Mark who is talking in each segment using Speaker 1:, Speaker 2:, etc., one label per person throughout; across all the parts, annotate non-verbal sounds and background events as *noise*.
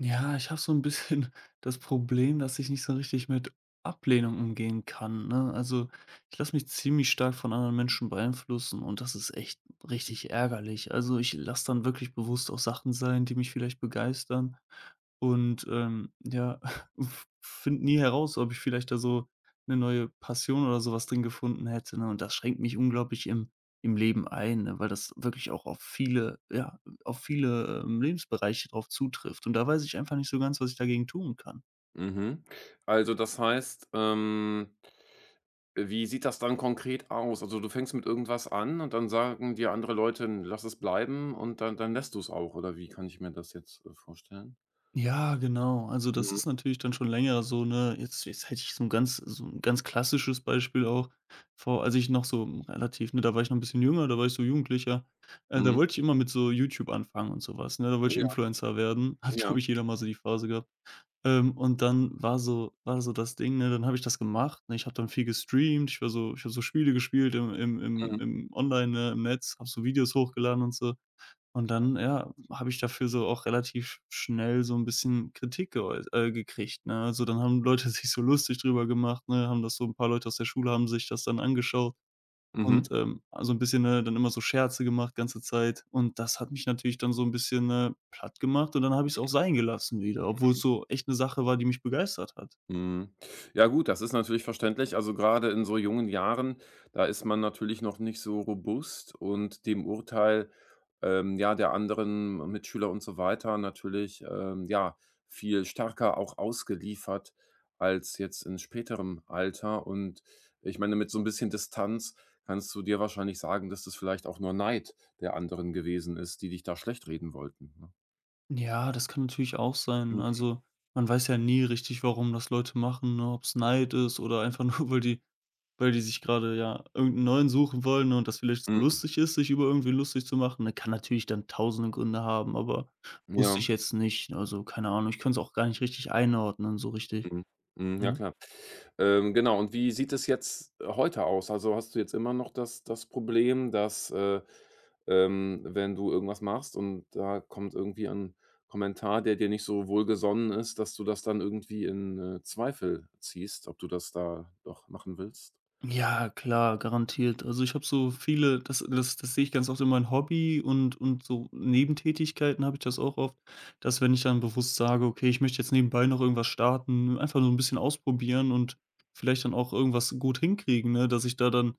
Speaker 1: Ja, ich habe so ein bisschen *laughs* das Problem, dass ich nicht so richtig mit Ablehnung umgehen kann, ne? Also, ich lasse mich ziemlich stark von anderen Menschen beeinflussen und das ist echt richtig ärgerlich. Also, ich lasse dann wirklich bewusst auch Sachen sein, die mich vielleicht begeistern und, ja, *laughs* finde nie heraus, ob ich vielleicht da so eine neue Passion oder sowas drin gefunden hätte, ne? Und das schränkt mich unglaublich im Leben ein, ne, weil das wirklich auch auf viele, ja auf viele, Lebensbereiche drauf zutrifft. Und da weiß ich einfach nicht so ganz, was ich dagegen tun kann.
Speaker 2: Mhm. Also, das heißt, wie sieht das dann konkret aus? Also, du fängst mit irgendwas an und dann sagen dir andere Leute: „N lass es bleiben", und dann lässt du es auch, oder wie kann ich mir das jetzt, vorstellen?
Speaker 1: Ja, genau. Also, das
Speaker 2: Mhm,
Speaker 1: ist natürlich dann schon länger so, ne, jetzt hätte ich so ein ganz klassisches Beispiel auch vor, als ich noch so relativ, ne, da war ich noch ein bisschen jünger, da war ich so Jugendlicher, da
Speaker 2: mhm.
Speaker 1: wollte ich immer mit so YouTube anfangen und sowas, ne? Da wollte ich
Speaker 2: Ja,
Speaker 1: Influencer werden. *laughs* Hat,
Speaker 2: ja.
Speaker 1: glaube ich, jeder mal so die Phase gehabt. Und dann war so, war so das Ding, ne, dann habe ich das gemacht, ne? Ich habe dann viel gestreamt, ich war so, ich habe so Spiele gespielt im im im
Speaker 2: Mhm,
Speaker 1: im online, ne, im Netz, habe so Videos hochgeladen und so. Und dann, ja, habe ich dafür so auch relativ schnell so ein bisschen Kritik geäu gekriegt, ne? Also, dann haben Leute *laughs* sich so lustig drüber gemacht, ne? Haben das, so ein paar Leute aus der Schule haben sich das dann angeschaut.
Speaker 2: mhm,
Speaker 1: Und, also ein bisschen, ne, dann immer so Scherze gemacht ganze Zeit. Und das hat mich natürlich dann so ein bisschen, ne, platt gemacht und dann habe ich es auch sein gelassen wieder, obwohl's so echt eine Sache war, die mich begeistert hat.
Speaker 2: mhm. Ja gut, das ist natürlich verständlich. Also, gerade in so jungen Jahren, da ist man natürlich noch nicht so robust und dem Urteil ja, der anderen Mitschüler und so weiter natürlich, ja, viel stärker auch ausgeliefert als jetzt in späterem Alter. Und ich meine, mit so ein bisschen Distanz kannst du dir wahrscheinlich sagen, dass das vielleicht auch nur Neid der anderen gewesen ist, die dich da schlecht reden wollten, ne?
Speaker 1: Ja, das kann natürlich auch sein.
Speaker 2: Mhm,
Speaker 1: Also, man weiß ja nie richtig, warum das Leute machen, ne, ob es Neid ist oder einfach nur, *laughs* weil die sich gerade, ja, irgendeinen neuen suchen wollen und das vielleicht so
Speaker 2: mhm.
Speaker 1: lustig ist, sich über irgendwie lustig zu machen, ne? Kann natürlich dann tausende Gründe haben, aber wusste
Speaker 2: Ja.
Speaker 1: ich jetzt nicht. Also, keine Ahnung, ich kann es auch gar nicht richtig einordnen so richtig.
Speaker 2: Mhm. Mhm, ja
Speaker 1: Mhm.
Speaker 2: klar. Genau, und wie sieht es jetzt heute aus? Also, hast du jetzt immer noch das Problem, dass, wenn du irgendwas machst und da kommt irgendwie ein Kommentar, der dir nicht so wohlgesonnen ist, dass du das dann irgendwie in, Zweifel ziehst, ob du das da doch machen willst?
Speaker 1: Ja, klar, garantiert. Also, ich habe so viele, das sehe ich ganz oft in meinem Hobby und so Nebentätigkeiten habe ich das auch oft, dass, wenn ich dann bewusst sage: „Okay, ich möchte jetzt nebenbei noch irgendwas starten“, einfach so ein bisschen ausprobieren und vielleicht dann auch irgendwas gut hinkriegen, ne, dass ich da dann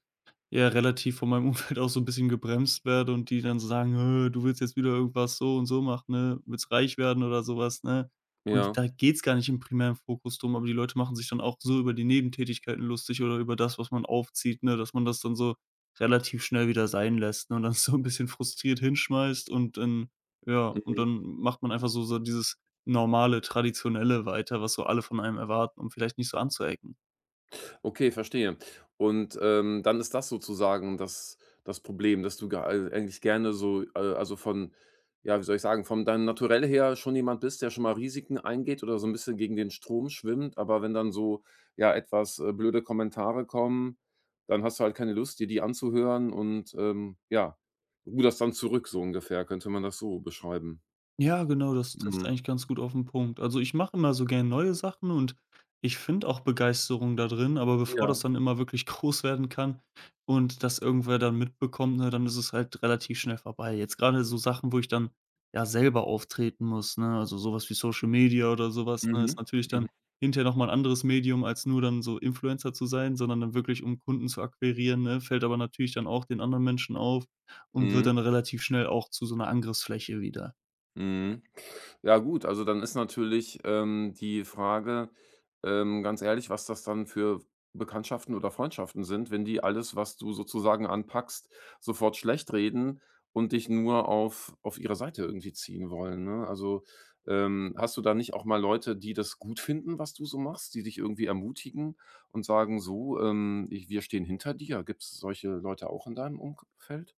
Speaker 1: ja relativ von meinem *laughs* Umfeld auch so ein bisschen gebremst werde und die dann so sagen: du willst jetzt wieder irgendwas so und so machen, ne? Willst reich werden oder sowas, ne?“ Und
Speaker 2: Ja.
Speaker 1: da geht's gar nicht im primären Fokus drum, aber die Leute machen sich dann auch so über die Nebentätigkeiten lustig oder über das, was man aufzieht, ne, dass man das dann so relativ schnell wieder sein lässt, ne, und dann *laughs* so 'n bisschen frustriert hinschmeißt und dann, ja, und dann macht man einfach so, so dieses normale, traditionelle weiter, was so alle von einem erwarten, um vielleicht nicht so anzuecken.
Speaker 2: Okay, verstehe. Und, dann ist das sozusagen das Problem, dass du ge ei eigentlich gerne so, also von ja, wie soll ich sagen, von deinem Naturell her schon jemand bist, der schon mal Risiken eingeht oder so ein bisschen gegen den Strom schwimmt, aber wenn dann so, ja, etwas, blöde Kommentare kommen, dann hast du halt keine Lust, dir die anzuhören und, ja, ruderst dann zurück so ungefähr, könnte man das so beschreiben?
Speaker 1: Ja, genau, das trifft
Speaker 2: Mhm.
Speaker 1: eigentlich ganz gut auf den Punkt. Also, ich mache immer so gern neue Sachen und ich finde auch Begeisterung da drin, aber bevor
Speaker 2: Ja.
Speaker 1: das dann immer wirklich *laughs* groß werden kann und das irgendwer dann mitbekommt, ne, dann ist es halt relativ schnell vorbei. Jetzt gerade so Sachen, wo ich dann, ja, selber auftreten muss, ne, also, sowas wie Social Media oder sowas, ne, ist
Speaker 2: Mhm.
Speaker 1: natürlich
Speaker 2: Mhm.
Speaker 1: dann hinterher noch mal 'n anderes Medium, als nur dann so Influencer zu sein, sondern dann wirklich, um Kunden zu akquirieren, ne? Fällt aber natürlich dann auch den anderen Menschen auf und wird
Speaker 2: Mhm.
Speaker 1: dann relativ schnell auch zu so einer Angriffsfläche wieder.
Speaker 2: Mhm. Ja gut, also dann ist natürlich, die Frage, ganz ehrlich, was das dann für Bekanntschaften oder Freundschaften sind, wenn die alles, was du sozusagen anpackst, sofort schlechtreden und dich nur auf ihre Seite irgendwie ziehen wollen, ne? Also, hast du da nicht auch mal Leute, die das gut finden, was du so machst, die dich irgendwie ermutigen und sagen: „So, ich wir stehen hinter dir." Gibt es solche Leute auch in deinem Umfeld?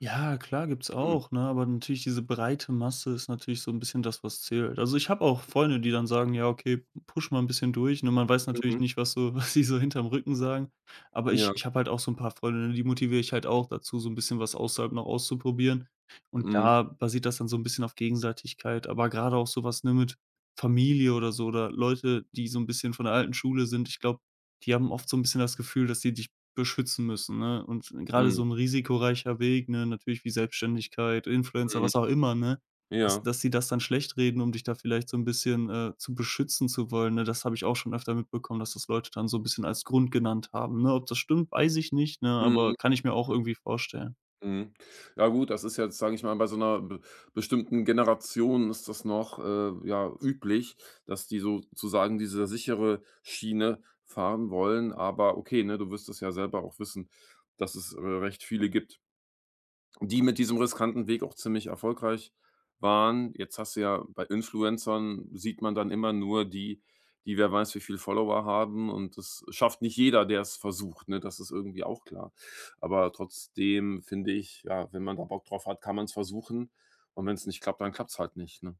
Speaker 1: Ja, klar gibt's
Speaker 2: Mhm,
Speaker 1: auch, ne? Aber natürlich diese breite Masse ist natürlich so ein bisschen das, was zählt. Also, ich habe auch Freunde, die dann sagen: „Ja, okay, push mal ein bisschen durch“, ne? Man weiß
Speaker 2: mhm.
Speaker 1: natürlich nicht, was so *laughs* was sie so hinterm Rücken sagen. Aber ich
Speaker 2: Ja.
Speaker 1: ich habe halt auch so ein paar Freunde, ne, die motiviere ich halt auch dazu, so ein bisschen was außerhalb noch auszuprobieren. Und
Speaker 2: Mhm.
Speaker 1: da basiert das dann so ein bisschen auf Gegenseitigkeit. Aber gerade auch sowas, ne, mit Familie oder so oder Leute, die so ein bisschen von der alten Schule sind, ich glaube, die haben oft so ein bisschen das Gefühl, dass die dich beschützen müssen, ne? Und gerade
Speaker 2: Mhm.
Speaker 1: so 'n risikoreicher Weg, ne, natürlich wie Selbstständigkeit, Influencer,
Speaker 2: Mhm.
Speaker 1: was auch immer, ne? Dass
Speaker 2: Ja.
Speaker 1: dass sie das dann schlechtreden, um dich da vielleicht so 'n bisschen, zu beschützen zu wollen, ne? Das habe ich auch schon öfter mitbekommen, dass das Leute dann so 'n bisschen als Grund genannt haben, ne? Ob das stimmt, weiß ich nicht, ne,
Speaker 2: Mhm.
Speaker 1: aber kann ich mir auch irgendwie vorstellen.
Speaker 2: Mhm. Ja gut, das ist jetzt, sage ich mal, bei so einer be bestimmten Generation ist das noch, ja, üblich, dass die sozusagen diese sichere Schiene fahren wollen. Aber okay, ne, du wirst es ja selber auch wissen, dass es, recht viele gibt, die mit diesem riskanten Weg auch ziemlich erfolgreich waren. Jetzt hast du ja bei Influencern sieht man dann immer nur die, die wer weiß wie viel Follower haben, und das schafft nicht jeder, der es versucht, ne? Das ist irgendwie auch klar. Aber trotzdem finde ich, ja, wenn man da Bock drauf hat, kann man es versuchen, und wenn es nicht klappt, dann klappt es halt nicht, ne?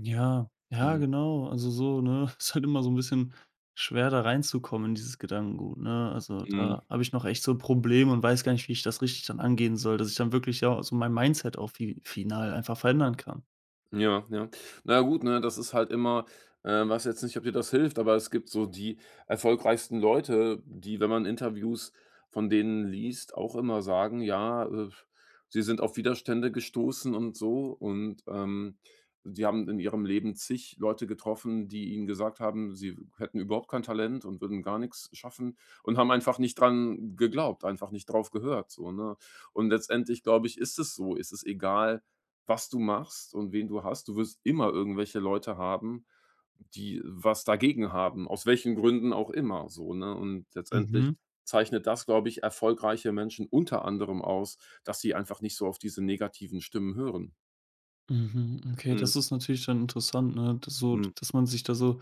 Speaker 1: Ja, ja,
Speaker 2: Mhm.
Speaker 1: genau. Also so, ne? *laughs* Ist halt immer so ein bisschen schwer, da reinzukommen in dieses Gedankengut, ne? Also,
Speaker 2: Mhm.
Speaker 1: da habe ich noch echt so Probleme und weiß gar nicht, wie ich das richtig dann angehen soll, dass ich dann wirklich, ja, so mein Mindset auch fi final einfach verändern kann.
Speaker 2: Ja, ja. Na ja, gut, ne, das ist halt immer weiß jetzt nicht, ob dir das hilft, aber es gibt so die erfolgreichsten Leute, die, wenn man Interviews von denen liest, auch immer sagen: „Ja, sie sind auf Widerstände gestoßen und so und, die haben in ihrem Leben zig Leute getroffen, die ihnen gesagt haben, sie hätten überhaupt kein Talent und würden gar nichts schaffen, und haben einfach nicht dran geglaubt, einfach nicht drauf gehört", so, ne? Und letztendlich, glaube ich, ist es so. Ist Es egal, was du machst und wen du hast. Du wirst immer irgendwelche Leute haben, die was dagegen haben, aus welchen Gründen auch immer so, ne? Und letztendlich
Speaker 1: Mhm.
Speaker 2: zeichnet das, glaube ich, erfolgreiche Menschen unter anderem aus, dass sie einfach nicht so auf diese negativen Stimmen hören.
Speaker 1: Mhm, okay,
Speaker 2: Mhm,
Speaker 1: das ist natürlich dann interessant, ne? Das, so
Speaker 2: mhm,
Speaker 1: dass man sich da so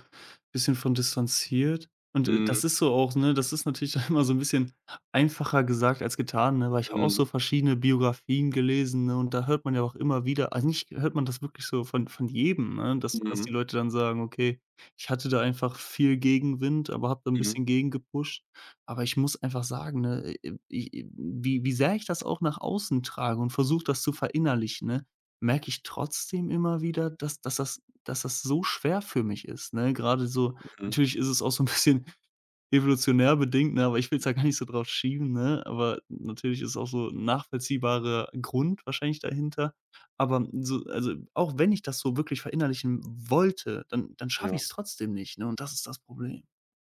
Speaker 1: bisschen von distanziert. Und,
Speaker 2: mhm,
Speaker 1: das ist so auch, ne, das ist natürlich *laughs* dann immer so ein bisschen einfacher gesagt als getan, ne, weil ich habe auch
Speaker 2: mhm,
Speaker 1: so verschiedene Biografien gelesen, ne, und da hört man ja auch immer wieder, eigentlich hört man das wirklich so von jedem, ne, dass
Speaker 2: mhm,
Speaker 1: die Leute dann sagen: „Okay, ich hatte da einfach viel Gegenwind, aber habe da ein
Speaker 2: mhm,
Speaker 1: bisschen gegengepusht.“ Aber ich muss einfach sagen, ne, i wie sehr ich das auch nach außen trage und versuche, das zu verinnerlichen, ne? Merke ich trotzdem immer wieder, dass das so schwer für mich ist, ne? Gerade so,
Speaker 2: mhm,
Speaker 1: natürlich ist es auch so ein bisschen *laughs* evolutionär bedingt, ne, aber ich will's da gar nicht so drauf schieben, ne? Aber natürlich ist auch so 'n nachvollziehbarer Grund wahrscheinlich dahinter. Aber so, also, auch wenn ich das so wirklich verinnerlichen wollte, dann schaffe
Speaker 2: ja.
Speaker 1: ich es trotzdem nicht, ne? Und das ist das Problem.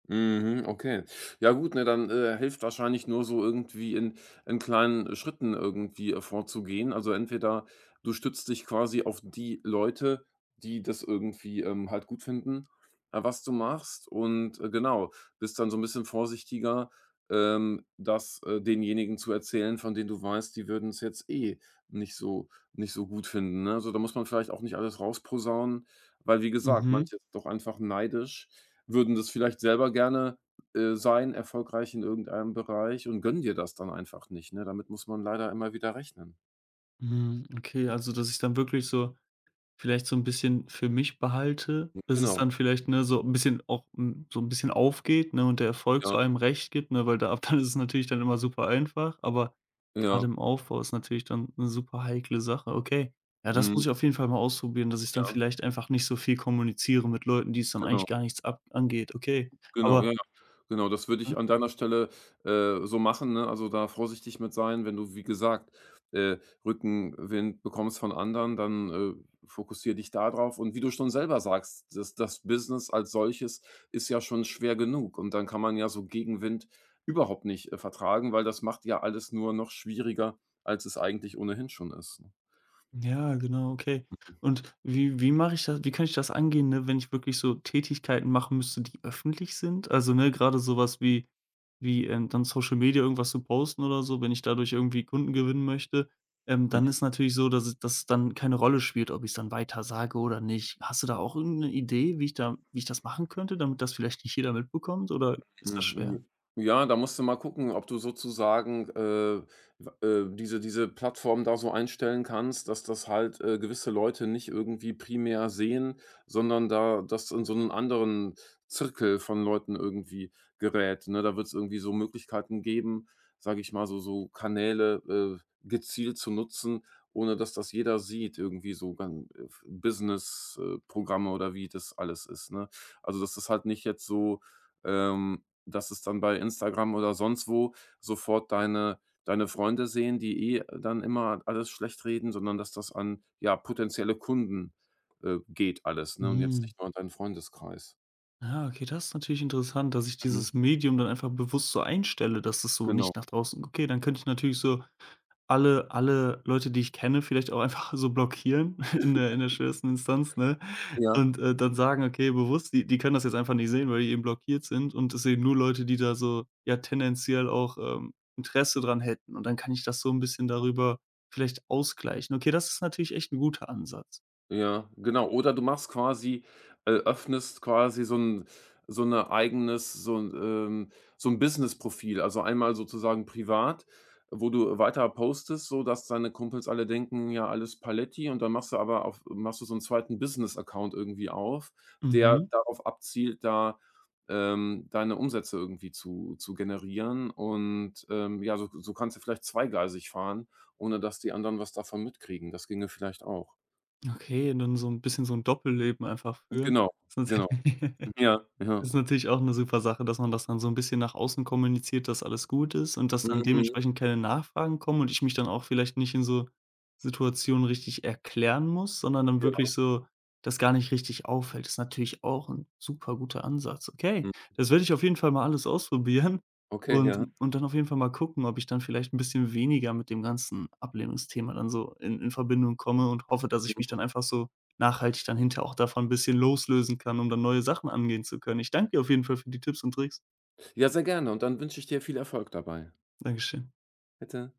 Speaker 2: Mhm, okay. Ja gut, ne, dann, hilft wahrscheinlich nur so irgendwie in kleinen Schritten irgendwie, vorzugehen. Also entweder du stützt dich quasi auf die Leute, die das irgendwie, halt gut finden, was du machst und, genau, bist dann so ein bisschen vorsichtiger, das, denjenigen zu erzählen, von denen du weißt, die würden es jetzt eh nicht so nicht so gut finden, ne? Also, da muss man vielleicht auch nicht alles rausposaunen, weil wie gesagt,
Speaker 1: Mhm,
Speaker 2: manche sind doch einfach neidisch, würden das vielleicht selber gerne, sein, erfolgreich in irgendeinem Bereich, und gönnen dir das dann einfach nicht, ne? Damit muss man leider immer wieder rechnen.
Speaker 1: mhm, okay, also, dass ich dann wirklich so vielleicht so 'n bisschen für mich behalte, dass es
Speaker 2: Genau,
Speaker 1: dann vielleicht, ne, so 'n bisschen auch, hm, so 'n bisschen aufgeht, ne, und der Erfolg
Speaker 2: ja,
Speaker 1: zu allem recht gibt, ne, weil da, ab dann ist es natürlich dann immer super einfach, aber grade
Speaker 2: ja,
Speaker 1: im Aufbau ist natürlich dann 'ne super heikle Sache. Okay, ja, das muss
Speaker 2: mhm,
Speaker 1: ich auf jeden Fall mal ausprobieren, dass ich dann
Speaker 2: ja,
Speaker 1: vielleicht einfach nicht so viel kommuniziere mit Leuten, die es dann eigentlich
Speaker 2: genau,
Speaker 1: gar nichts ab angeht. Okay,
Speaker 2: genau,
Speaker 1: aber,
Speaker 2: ja. Genau, das würde
Speaker 1: ne,
Speaker 2: ich an deiner Stelle, so machen, ne? Also, da vorsichtig mit sein, wenn du, wie gesagt, äh, Rückenwind bekommst von anderen, dann, fokussiere dich da drauf. Und wie du schon selber sagst, das Business als solches ist ja schon schwer genug. Und dann kann man ja so Gegenwind überhaupt nicht, vertragen, weil das macht ja alles nur noch schwieriger, als es eigentlich ohnehin schon ist, ne?
Speaker 1: ja, genau, okay. Und wie mache ich das, wie kann ich das angehen, ne, wenn ich wirklich so Tätigkeiten machen müsste, die öffentlich sind? Also, ne, gerade sowas wie dann Social Media irgendwas zu posten oder so, wenn ich dadurch irgendwie Kunden gewinnen möchte, dann ist natürlich so, dass es dann keine Rolle spielt, ob ich's dann weiter sage oder nicht. Hast du da auch irgend 'ne Idee, wie ich das machen könnte, damit das vielleicht nicht jeder mitbekommt, oder ist das schwer?
Speaker 2: Mhm. Ja, da musst du mal gucken, ob du sozusagen, w diese Plattform da so einstellen kannst, dass das halt, gewisse Leute nicht irgendwie primär sehen, sondern da das in so einen anderen Zirkel von Leuten irgendwie gerät, ne? Da wird es irgendwie so Möglichkeiten geben, sage ich mal, so so Kanäle, gezielt zu nutzen, ohne dass das jeder sieht, irgendwie so gan Business, Programme oder wie das alles ist, ne? Also, dass das halt nicht jetzt so, ähm dass es dann bei Instagram oder sonst wo sofort deine Freunde sehen, die eh dann immer alles schlecht reden, sondern dass das an, ja, potenzielle Kunden, geht alles, ne, und jetzt
Speaker 1: Mhm.
Speaker 2: nicht nur an deinen Freundeskreis.
Speaker 1: Ah, okay, das ist natürlich interessant, dass ich
Speaker 2: Mhm,
Speaker 1: dieses Medium dann einfach bewusst so einstelle, dass das so
Speaker 2: genau.
Speaker 1: nicht nach draußen, okay, dann könnte ich natürlich so alle Leute, die ich kenne, vielleicht auch einfach so blockieren *laughs* in der schwersten Instanz, ne?
Speaker 2: Ja.
Speaker 1: Und, dann sagen: „Okay, bewusst, die können das jetzt einfach nicht sehen, weil die eben blockiert sind und es sehen nur Leute, die da so, ja, tendenziell auch, Interesse dran hätten.“ Und dann kann ich das so ein bisschen darüber vielleicht ausgleichen. Okay, das ist natürlich echt ein guter Ansatz.
Speaker 2: Ja, genau. Oder du machst quasi öffnest quasi so ein so 'ne eigenes so 'n Business-Profil. Also, einmal sozusagen privat, wo du weiter postest, sodass deine Kumpels alle denken: „Ja, alles Paletti", und dann machst du aber auf machst du so 'n zweiten Business-Account irgendwie auf, der
Speaker 1: Mhm.
Speaker 2: darauf abzielt, da, deine Umsätze irgendwie zu generieren und, ja, so so kannst du vielleicht zweigleisig fahren, ohne dass die anderen was davon mitkriegen. Das ginge vielleicht auch.
Speaker 1: Okay, und dann so 'n bisschen so 'n Doppelleben einfach führen.
Speaker 2: Genau,
Speaker 1: Ist natür
Speaker 2: genau.
Speaker 1: *laughs*
Speaker 2: Ja, ja.
Speaker 1: ist natürlich auch 'ne super Sache, dass man das dann so 'n bisschen nach außen kommuniziert, dass alles gut ist und dass dann
Speaker 2: Mhm,
Speaker 1: dementsprechend keine Nachfragen kommen und ich mich dann auch vielleicht nicht in so Situationen richtig erklären muss, sondern dann wirklich
Speaker 2: ja.
Speaker 1: so, das gar nicht richtig auffällt. Ist natürlich auch 'n super guter Ansatz. Okay,
Speaker 2: Mhm.
Speaker 1: das werde ich auf jeden Fall mal alles ausprobieren
Speaker 2: Okay, ja.
Speaker 1: und dann auf jeden Fall mal gucken, ob ich dann vielleicht 'n bisschen weniger mit dem ganzen Ablehnungsthema dann so in Verbindung komme und hoffe, dass ich mich
Speaker 2: Mhm.
Speaker 1: dann einfach so nachhaltig dann hinterher auch davon ein bisschen loslösen kann, um dann neue Sachen angehen zu können. Ich danke dir auf jeden Fall für die Tipps und Tricks.
Speaker 2: Ja, sehr gerne, und dann wünsche ich dir viel Erfolg dabei.
Speaker 1: Dankeschön.
Speaker 2: Bitte.